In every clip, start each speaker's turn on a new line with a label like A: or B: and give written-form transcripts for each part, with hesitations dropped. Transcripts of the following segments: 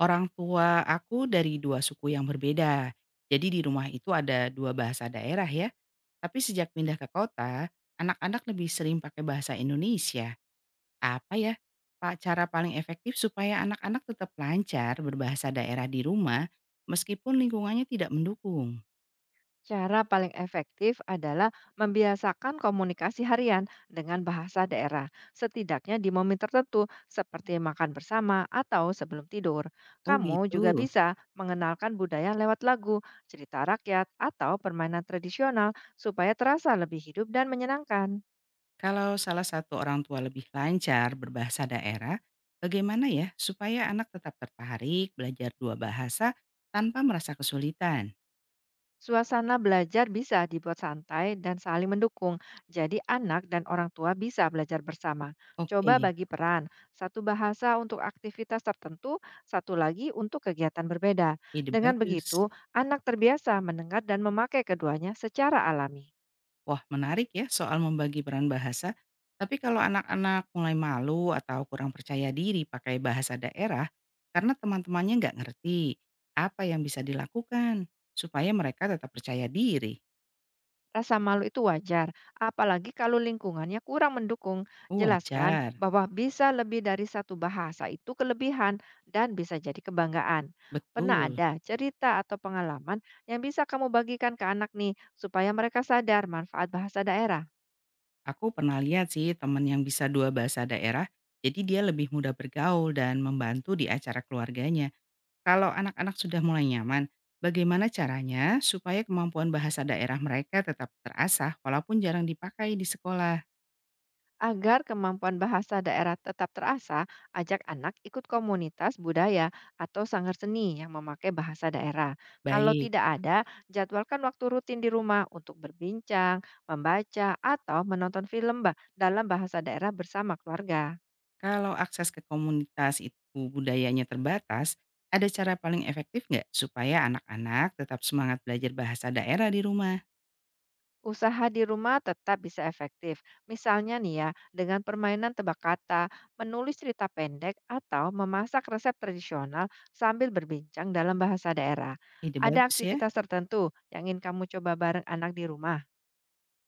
A: Orang tua aku dari 2 suku yang berbeda. Jadi di rumah itu ada 2 bahasa daerah ya. Tapi sejak pindah ke kota, anak-anak lebih sering pakai bahasa Indonesia. Apa ya? Pak, cara paling efektif supaya anak-anak tetap lancar berbahasa daerah di rumah meskipun lingkungannya tidak mendukung.
B: Cara paling efektif adalah membiasakan komunikasi harian dengan bahasa daerah, setidaknya di momen tertentu seperti makan bersama atau sebelum tidur.
A: Oh
B: Kamu juga
A: gitu.
B: bisa mengenalkan budaya lewat lagu, cerita rakyat, atau permainan tradisional supaya terasa lebih hidup dan menyenangkan.
A: Kalau salah satu orang tua lebih lancar berbahasa daerah, bagaimana ya supaya anak tetap tertarik belajar dua bahasa tanpa merasa kesulitan?
B: Suasana belajar bisa dibuat santai dan saling mendukung. Jadi anak dan orang tua bisa belajar bersama. Coba
A: Oke.
B: bagi peran, satu bahasa untuk aktivitas tertentu, satu lagi untuk kegiatan berbeda.
A: Ide
B: Dengan begitu,
A: bagus.
B: anak terbiasa mendengar dan memakai keduanya secara alami.
A: Wah, menarik ya soal membagi peran bahasa. Tapi kalau anak-anak mulai malu atau kurang percaya diri pakai bahasa daerah karena teman-temannya nggak ngerti, apa yang bisa dilakukan supaya mereka tetap percaya diri?
B: Rasa malu itu wajar, apalagi kalau lingkungannya kurang mendukung.
A: Oh,
B: Jelaskan
A: wajar.
B: bahwa bisa lebih dari satu bahasa itu kelebihan dan bisa jadi kebanggaan. Pernah
A: Betul.
B: ada cerita atau pengalaman yang bisa kamu bagikan ke anak nih, supaya mereka sadar manfaat bahasa daerah?
A: Aku pernah lihat sih teman yang bisa dua bahasa daerah, jadi dia lebih mudah bergaul dan membantu di acara keluarganya. Kalau anak-anak sudah mulai nyaman, bagaimana caranya supaya kemampuan bahasa daerah mereka tetap terasah walaupun jarang dipakai di sekolah?
B: Agar kemampuan bahasa daerah tetap terasa, ajak anak ikut komunitas budaya atau sanggar seni yang memakai bahasa daerah. Kalau
A: Baik,
B: tidak ada, jadwalkan waktu rutin di rumah untuk berbincang, membaca, atau menonton dalam bahasa daerah bersama keluarga.
A: kalau akses ke komunitas itu budayanya terbatas, ada cara paling efektif nggak supaya anak-anak tetap semangat belajar bahasa daerah di rumah?
B: Usaha di rumah tetap bisa efektif. Misalnya nih ya, dengan permainan tebak kata, menulis cerita pendek, atau memasak resep tradisional sambil berbincang dalam bahasa daerah.
A: Ide
B: Ada
A: bagus ya.
B: aktivitas tertentu yang ingin kamu coba bareng anak di rumah?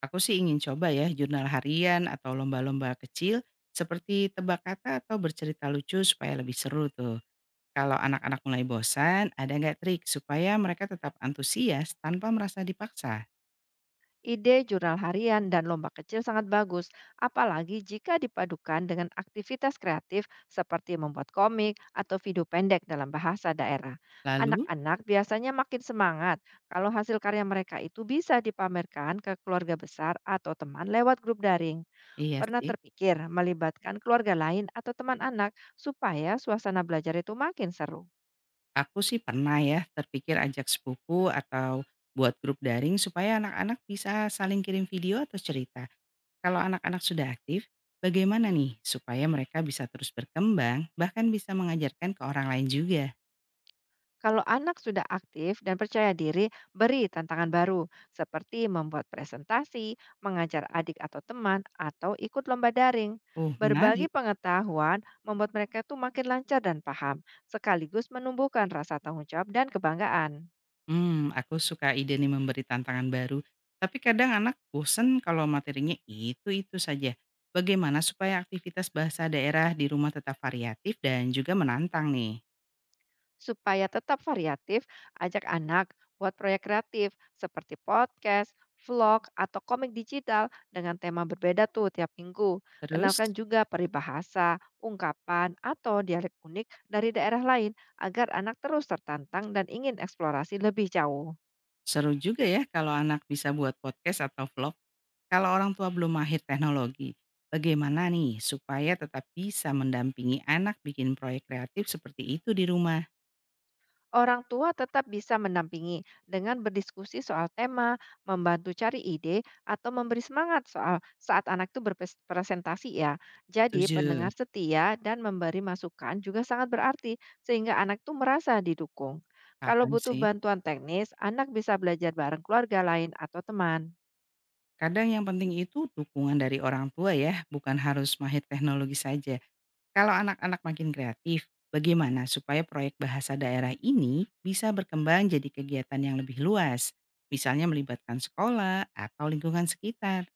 A: Aku sih ingin coba ya jurnal harian atau lomba-lomba kecil seperti tebak kata atau bercerita lucu supaya lebih seru tuh. Kalau anak-anak mulai bosan, ada nggak trik supaya mereka tetap antusias tanpa merasa dipaksa?
B: Ide jurnal harian dan lomba kecil sangat bagus, apalagi jika dipadukan dengan aktivitas kreatif seperti membuat komik atau video pendek dalam bahasa daerah.
A: Lalu?
B: Anak-anak biasanya makin semangat kalau hasil karya mereka itu bisa dipamerkan ke keluarga besar atau teman lewat grup daring.
A: Iya
B: Pernah
A: sih,
B: terpikir melibatkan keluarga lain atau teman anak supaya suasana belajar itu makin seru?
A: aku sih pernah ya terpikir ajak sepupu atau buat grup daring supaya anak-anak bisa saling kirim video atau cerita. Kalau anak-anak sudah aktif, bagaimana nih supaya mereka bisa terus berkembang, bahkan bisa mengajarkan ke orang lain juga?
B: Kalau anak sudah aktif dan percaya diri, beri tantangan baru seperti membuat presentasi, mengajar adik atau teman, atau ikut lomba daring.
A: Oh,
B: Berbagi
A: menarik.
B: pengetahuan membuat mereka tuh makin lancar dan paham, sekaligus menumbuhkan rasa tanggung jawab dan kebanggaan.
A: Hmm, aku suka ide nih memberi tantangan baru, tapi kadang anak bosen kalau materinya itu-itu saja. Bagaimana supaya aktivitas bahasa daerah di rumah tetap variatif dan juga menantang nih?
B: Supaya tetap variatif, ajak anak buat proyek kreatif seperti podcast, vlog, atau komik digital dengan tema berbeda tuh tiap minggu.
A: Terus,
B: Kenalkan juga peribahasa, ungkapan, atau dialek unik dari daerah lain agar anak terus tertantang dan ingin eksplorasi lebih jauh.
A: seru juga ya kalau anak bisa buat podcast atau vlog kalau orang tua belum mahir teknologi. Bagaimana nih supaya tetap bisa mendampingi anak bikin proyek kreatif seperti itu di rumah?
B: Orang tua tetap bisa mendampingi dengan berdiskusi soal tema, membantu cari ide, atau memberi semangat soal saat anak itu berpresentasi ya. Jadi
A: Setuju,
B: pendengar setia dan memberi masukan juga sangat berarti sehingga anak itu merasa didukung. Kalau
A: paham
B: butuh
A: sih.
B: bantuan teknis, anak bisa belajar bareng keluarga lain atau teman.
A: Kadang yang penting itu dukungan dari orang tua ya, bukan harus mahir teknologi saja. Kalau anak-anak makin kreatif, bagaimana supaya proyek bahasa daerah ini bisa berkembang jadi kegiatan yang lebih luas? Misalnya melibatkan sekolah atau lingkungan sekitar.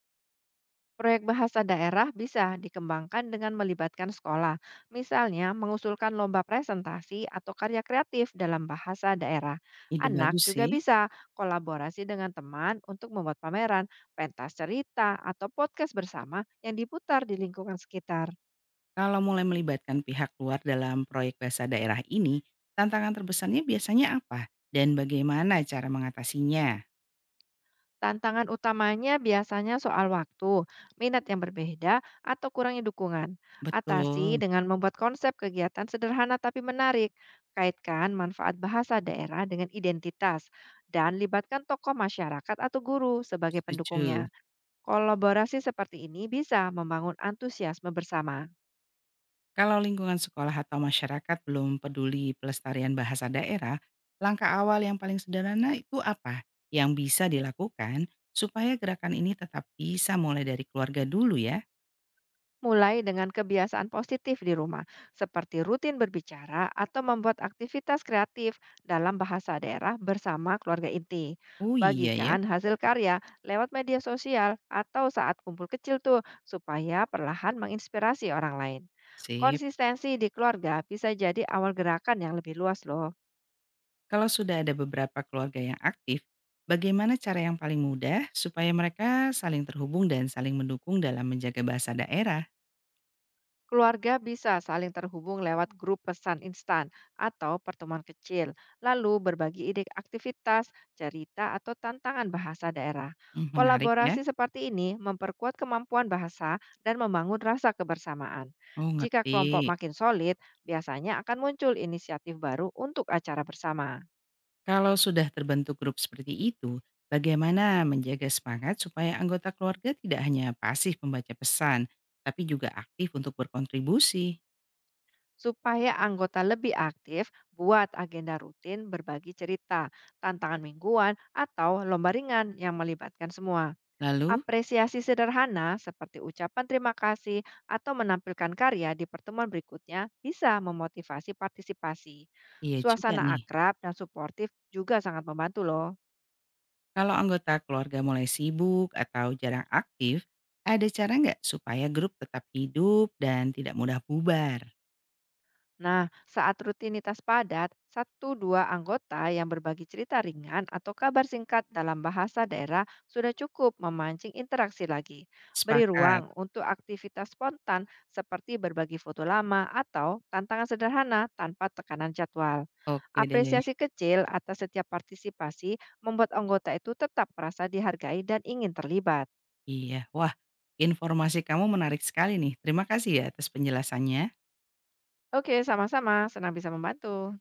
B: Proyek bahasa daerah bisa dikembangkan dengan melibatkan sekolah, misalnya mengusulkan lomba presentasi atau karya kreatif dalam bahasa daerah.
A: Ide
B: Anak
A: bagus
B: juga
A: sih.
B: bisa kolaborasi dengan teman untuk membuat pameran, pentas cerita, atau podcast bersama yang diputar di lingkungan sekitar.
A: Kalau mulai melibatkan pihak luar dalam proyek bahasa daerah ini, tantangan terbesarnya biasanya apa? Dan bagaimana cara mengatasinya?
B: Tantangan utamanya biasanya soal waktu, minat yang berbeda, atau kurangnya dukungan. Atasi
A: Betul,
B: dengan membuat konsep kegiatan sederhana tapi menarik. Kaitkan manfaat bahasa daerah dengan identitas dan libatkan tokoh masyarakat atau guru sebagai
A: setuju.
B: pendukungnya. Kolaborasi seperti ini bisa membangun antusiasme bersama.
A: Kalau lingkungan sekolah atau masyarakat belum peduli pelestarian bahasa daerah, langkah awal yang paling sederhana itu apa yang bisa dilakukan supaya gerakan ini tetap bisa mulai dari keluarga dulu ya?
B: Mulai dengan kebiasaan positif di rumah, seperti rutin berbicara atau membuat aktivitas kreatif dalam bahasa daerah bersama keluarga inti.
A: Oh iya ya,
B: Bagikan hasil karya lewat media sosial atau saat kumpul kecil tuh supaya perlahan menginspirasi orang lain.
A: sip.
B: Konsistensi di keluarga bisa jadi awal gerakan yang lebih luas loh.
A: Kalau sudah ada beberapa keluarga yang aktif, bagaimana cara yang paling mudah supaya mereka saling terhubung dan saling mendukung dalam menjaga bahasa daerah?
B: Keluarga bisa saling terhubung lewat grup pesan instan atau pertemuan kecil, lalu berbagi ide aktivitas, cerita, atau tantangan bahasa daerah.
A: Hmm, menarik ya.
B: Kolaborasi seperti ini memperkuat kemampuan bahasa dan membangun rasa kebersamaan.
A: Oh
B: Jika kelompok
A: ngerti.
B: makin solid, biasanya akan muncul inisiatif baru untuk acara bersama.
A: Kalau sudah terbentuk grup seperti itu, bagaimana menjaga semangat supaya anggota keluarga tidak hanya pasif membaca pesan, tapi juga aktif untuk berkontribusi?
B: Supaya anggota lebih aktif, buat agenda rutin berbagi cerita, tantangan mingguan, atau lomba ringan yang melibatkan semua.
A: Lalu,
B: Apresiasi sederhana seperti ucapan terima kasih atau menampilkan karya di pertemuan berikutnya bisa memotivasi partisipasi.
A: iya juga
B: Suasana
A: nih,
B: akrab dan suportif juga sangat membantu loh.
A: kalau anggota keluarga mulai sibuk atau jarang aktif, ada cara nggak supaya grup tetap hidup dan tidak mudah bubar?
B: Nah, saat rutinitas padat, satu dua anggota yang berbagi cerita ringan atau kabar singkat dalam bahasa daerah sudah cukup memancing interaksi lagi. Beri
A: Sepakat.
B: ruang untuk aktivitas spontan seperti berbagi foto lama atau tantangan sederhana tanpa tekanan jadwal.
A: Oke deh.
B: Apresiasi kecil atas setiap partisipasi membuat anggota itu tetap merasa dihargai dan ingin terlibat.
A: Iya. Wah, informasi kamu menarik sekali nih. Terima kasih ya atas penjelasannya.
B: Oke, sama-sama. Senang bisa membantu.